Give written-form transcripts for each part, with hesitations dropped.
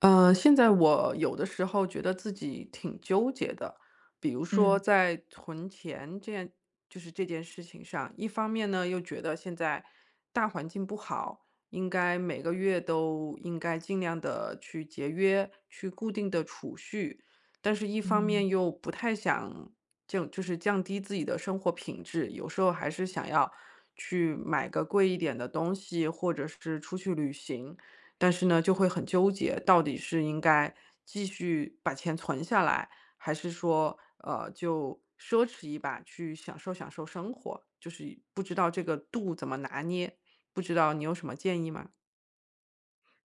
现在我有的时候觉得自己挺纠结的，比如说嗯在存钱这样，就是这件事情上，一方面呢又觉得现在大环境不好，应该每个月都应该尽量的去节约，去固定的储蓄，但是一方嗯面又不太想就是降低自己的生活品质，有时候还是想要去买个贵一点的东西，或者是出去旅行。但是呢，就会很纠结，到底是应该继续把钱存下来，还是说，就奢侈一把去享受享受生活，就是不知道这个度怎么拿捏，不知道你有什么建议吗？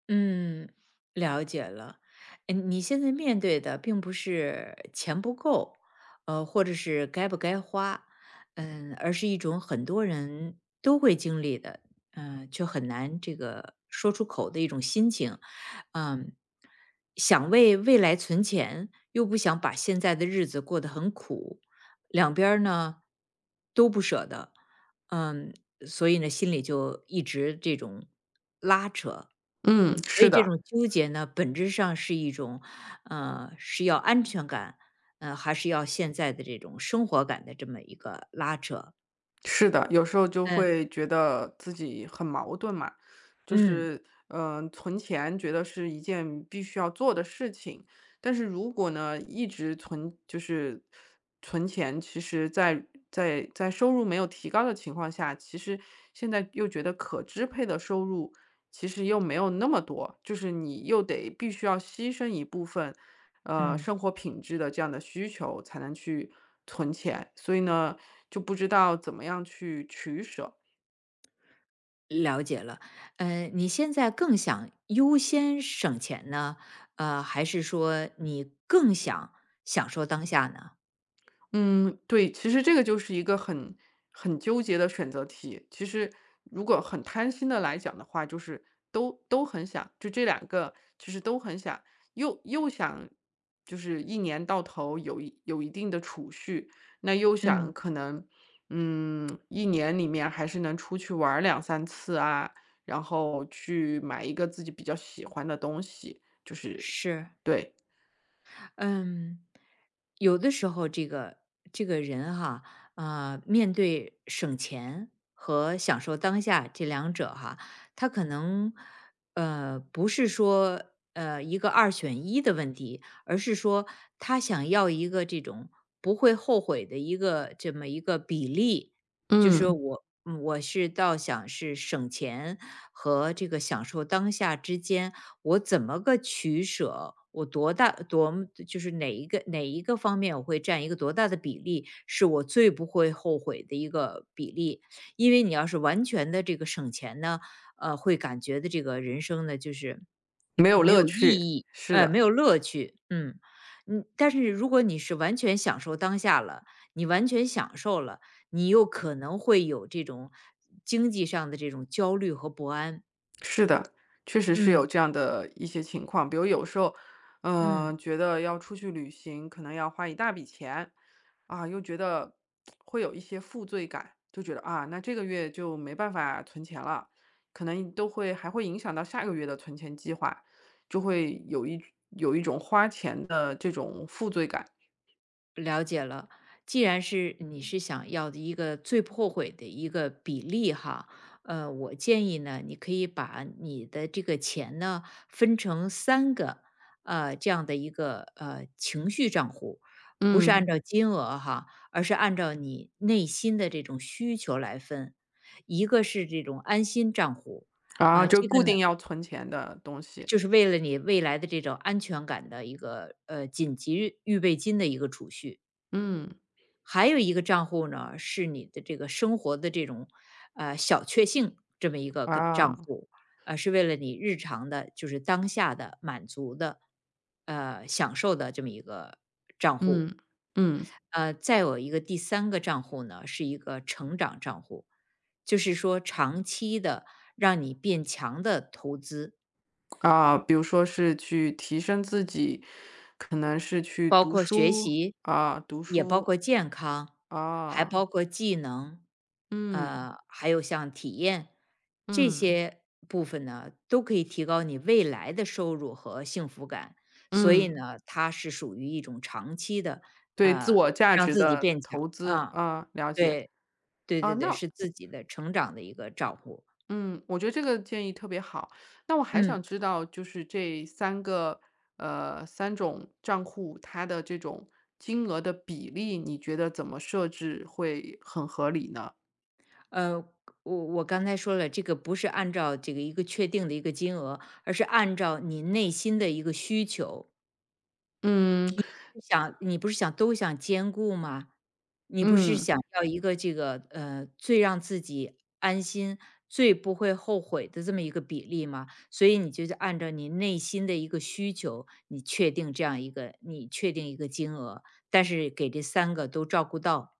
嗯，了解了。嗯，你现在面对的并不是钱不够，或者是该不该花，嗯，而是一种很多人都会经历的，却很难说出口的一种心情，嗯，想为未来存钱，又不想把现在的日子过得很苦，两边儿呢都不舍得，嗯，所以呢，心里就一直这种拉扯。嗯，所是以这的，种纠结呢，本质上是一种，是要安全感，还是要现在的这种生活感的这么一个拉扯。是的，有时候就嗯会觉得自己很矛盾嘛，就嗯是，存钱觉得是一件必须要做的事情，但是如果呢，一直存就是存钱，其实在在收入没有提高的情况下，其实现在又觉得可支配的收入其实又没有那么多，就是你又得必须要牺牲一部分，嗯，生活品质的这样的需求才能去存钱，所以呢，就不知道怎么样去取舍。了解了。你现在更想优先省钱呢，还是说你更想享受当下呢？嗯，对，其实这个就是一个很纠结的选择题。其实如果很贪心的来讲的话，就是都很想，就这两个其实都很想，又想就是一年到头有一定的储蓄，那又想嗯，可能，嗯，一年里面还是能出去玩儿两三次啊，然后去买一个自己比较喜欢的东西，就是是。对，嗯，有的时候这个人哈，面对省钱和享受当下这两者哈，他可能不是说一个二选一的问题，而是说他想要一个这种不会后悔的一个这么一个比例，就说嗯，我是倒想是省钱和这个享受当下之间，我怎么个取舍？我多大多么就是哪一个方面我会占一个多大的比例，是我最不会后悔的一个比例。因为你要是完全的这个省钱呢，会感觉的这个人生呢，就是没有没乐有意趣，义，是没的。有乐趣。嗯，但是如果你是完全享受当下了，你完全享受了，你又可能会有这种经济上的这种焦虑和不安。是的，确实是有嗯这样的一些情况。比如有时候，嗯。嗯、觉得要出去旅行，可能要花一大笔钱啊，又觉得会有一些负罪感，就觉得啊，那这个月就没办法存钱了，可能都会还会影响到下个月的存钱计划，就会有一种花钱的这种负罪感。了解了，既然是你是想要的一个最不后悔的一个比例哈，我建议呢，你可以把你的这个钱呢分成三个这样的一个情绪账户，不是嗯按照金额哈，而是按照你内心的这种需求来分。一个是这种安心账户，啊，就这个固呢定要存钱的东西。就是为了你未来的这种安全感的一个紧急预备金的一个储蓄。嗯还有一个账户呢，是你的这个生活的这种小确幸这么一个账啊，户，是为了你日常的，就是当下的满足的，享受的这么一个账户。嗯嗯。再有一个第三个账户呢，是一个成长账户，就是说长期的让你变强的投资。啊，比如说是去提升自己，可能是去包读括学书习，啊，读也包书括健康，还啊，包括技能，嗯还有像体验这嗯些部分呢，都可以提高你未来的收入和幸福感。所以嗯，呢，它是属于一种长期的，对自呃，我价让值自己的变强投资啊，啊，了解对，对啊，对对，那是自己的成长的一个照顾，嗯，我觉得这个建议特别好。那我还嗯。想知道，就是这三个三种账户，它的这种金额的比例，你觉得怎么设置会很合理呢？呃，我刚才说了，这个不是按照这个一个确定的一个金额，而是按照你内心的一个需求，嗯想你不是想都想兼顾吗？你不是嗯，想要一个这个最让自己安心、最不会后悔的这么一个比例吗？所以你就是按照你内心的一个需求，你确定一个金额，但是给这三个都照顾到，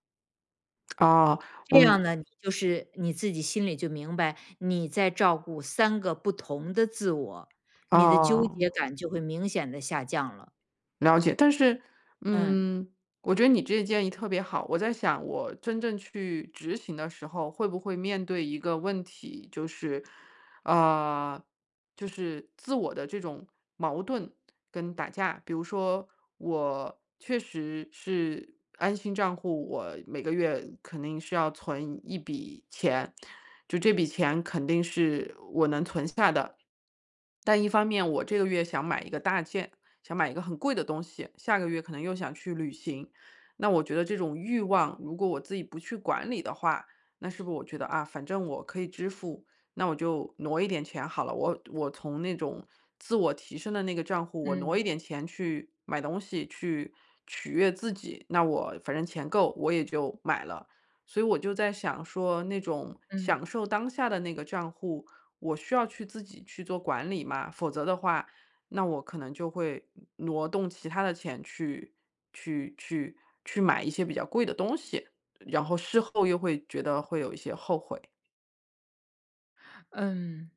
啊，我这们。样呢，你就是你自己心里就明白，你在照顾三个不同的自我，你的纠哦，结感就会明显的下降了，了解。但是，嗯。嗯，我觉得你这个建议特别好。我在想，我真正去执行的时候，会不会面对一个问题，就是，呃，就是自我的这种矛盾跟打架。比如说，我确实是安心账户，我每个月肯定是要存一笔钱，就这笔钱肯定是我能存下的。但一方面我这个月想买一个大件，想买一个很贵的东西，下个月可能又想去旅行。那我觉得这种欲望，如果我自己不去管理的话，那是不是我觉得啊，反正我可以支付，那我就挪一点钱好了。我从那种自我提升的那个账户，我挪一嗯，点钱去买东西，去取悦自己。那我反正钱够，我也就买了。所以我就在想说，那种嗯，享受当下的那个账户，我需要去自己去做管理嘛，否则的话，那我可能就会挪动其他的钱去去去买一些比较贵的东西，然后事后又会觉得会有一些后悔，嗯，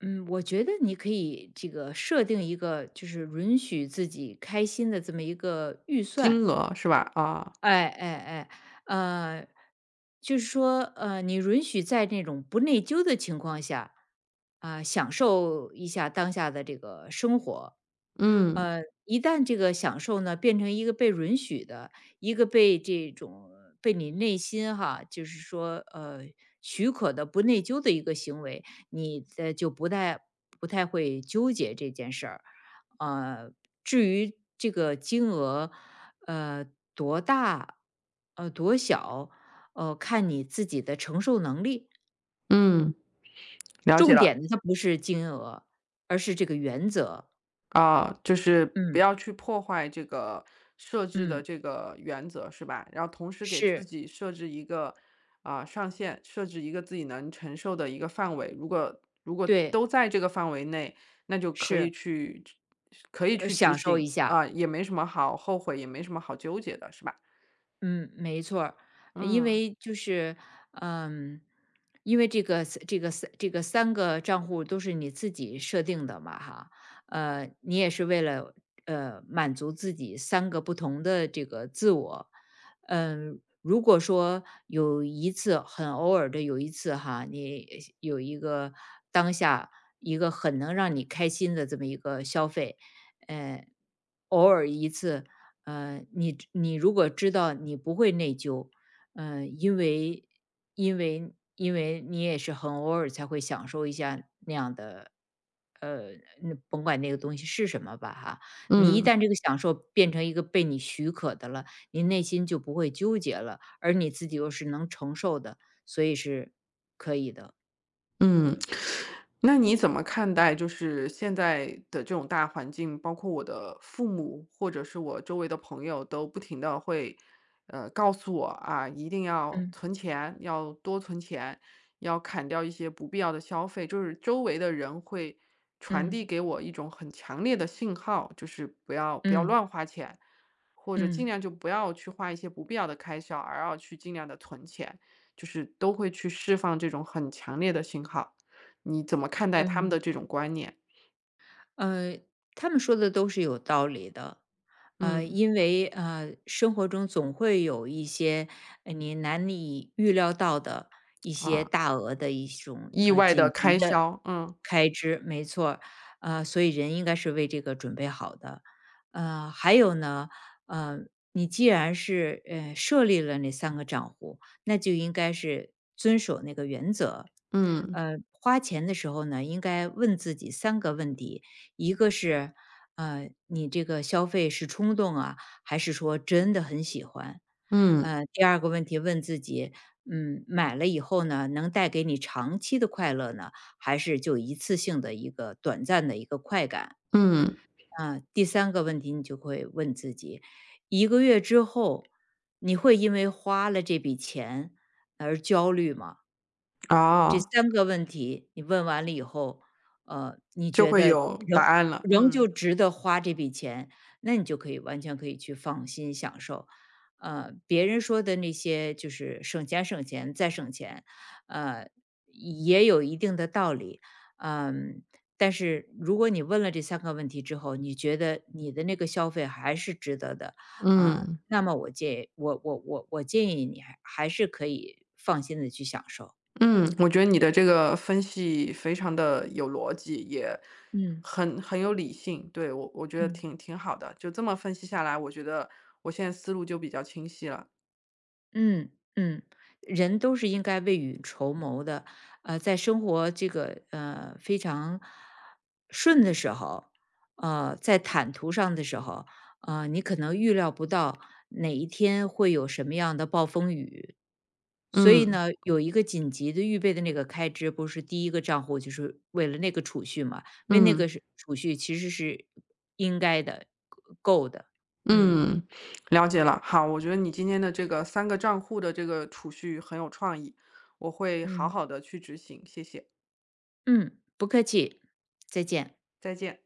嗯，我觉得你可以设定一个就是允许自己开心的这么一个预金算。额是吧？啊，哎,呃，就是说，你允许在那种不内疚的情况下，啊，享受一下当下的这个生活。嗯一旦这个享受呢，变成一个被允许的，一个被这种被你内心哈，就是说许可的不内疚的一个行为，你的就不太会纠结这件事儿。呃，至于这个金额，呃多大，多小，看你自己的承受能力。嗯，了解重了。点的它不是金额，而是这个原则。啊，就是不嗯要去破坏这个设置的嗯，这个原则，是吧？然后同时给自是，己设置一个啊、上限，设置一个自己能承受的一个范围。如果对。都在这个范围内，那就可以是，可以去执享受行一下，啊、也没什么好后悔，也没什么好纠结的，是吧？嗯，没错儿因嗯为就是，嗯，因为这个三个账户都是你自己设定的嘛哈，你也是为了，满足自己三个不同的这个自我。嗯，如果说有一次很偶尔的有一次哈，你有一个当下一个很能让你开心的这么一个消费，呃，偶尔一次你知你如果知道你不会内疚，呃，因为因为因为你也是很偶尔才会享受一下那样的，呃，那甭管那个东西是什么吧哈，你一嗯旦这个享受变成一个被你许可的了，你内心就不会纠结了，而你自己又是能承受的，所以是可以的。嗯。那你怎么看待就是现在的这种大环境，包括我的父母或者是我周围的朋友都不停的会，告诉我啊，一定要嗯存钱，要多存钱，要砍掉一些不必要的消费，就是周围的人会传嗯递给我一种很强烈的信号，就是不要嗯乱花钱，或者尽嗯量就不要去花一些不必要的开销，而要去尽量的存钱，就是都会去释放这种很强烈的信号。你怎么看待他们嗯。的这种观念？呃，他们说的都是有道理的。呃，嗯，因为呃，生活中总会有一些你难以预料到的一些啊，大额的一种意外的紧急开的销，嗯，开支，没错儿，所以人应该是为这个准备好的。还有呢，呃，你既然是设立了那三个账户，那就应该是遵守那个原则。嗯，花钱的时候呢，应该问自己三个问题，一个是，你这个消费是冲动啊，还是说真的很喜欢？嗯，第二个问题问自己，嗯，买了以后呢，能带给你长期的快乐呢，还是就一次性的一个短暂的一个快感？嗯，啊，第三个问题你就会问自己，一个月之后，你会因为花了这笔钱而焦虑吗？这啊，三个问题你问完了以后，你就觉会得有答仍案了，仍嗯，旧值得花这笔钱，那你就可以去放心享受。别人说的那些就是省钱，呃，也有一定的道理。嗯，但是如果你问了这三个问题之后，你觉得你的那个消费还是值得的，啊，嗯，那么我建我我我我建议你还是可以放心的去享受。嗯，我觉得你的这个分析非常的有逻辑，也嗯。很有理性，对，我觉得嗯挺好的，就这么分析下来，我觉得我现在思路就比较清晰了，嗯嗯，人都是应该未雨绸缪的。在生活非常顺的时候，在坦途上的时候，你可能预料不到哪一天会有什么样的暴风雨，所以嗯，呢，有一个紧急的预备的那个开支，不是第一个账户就是为了那个储蓄嘛？为那嗯。个是储蓄其实是应该的，够的。嗯嗯，了解了。好，我觉得你今天的这个三个账户的这个储蓄很有创意，我会好嗯。好的去执行，谢谢，嗯，不客气，再见。再见。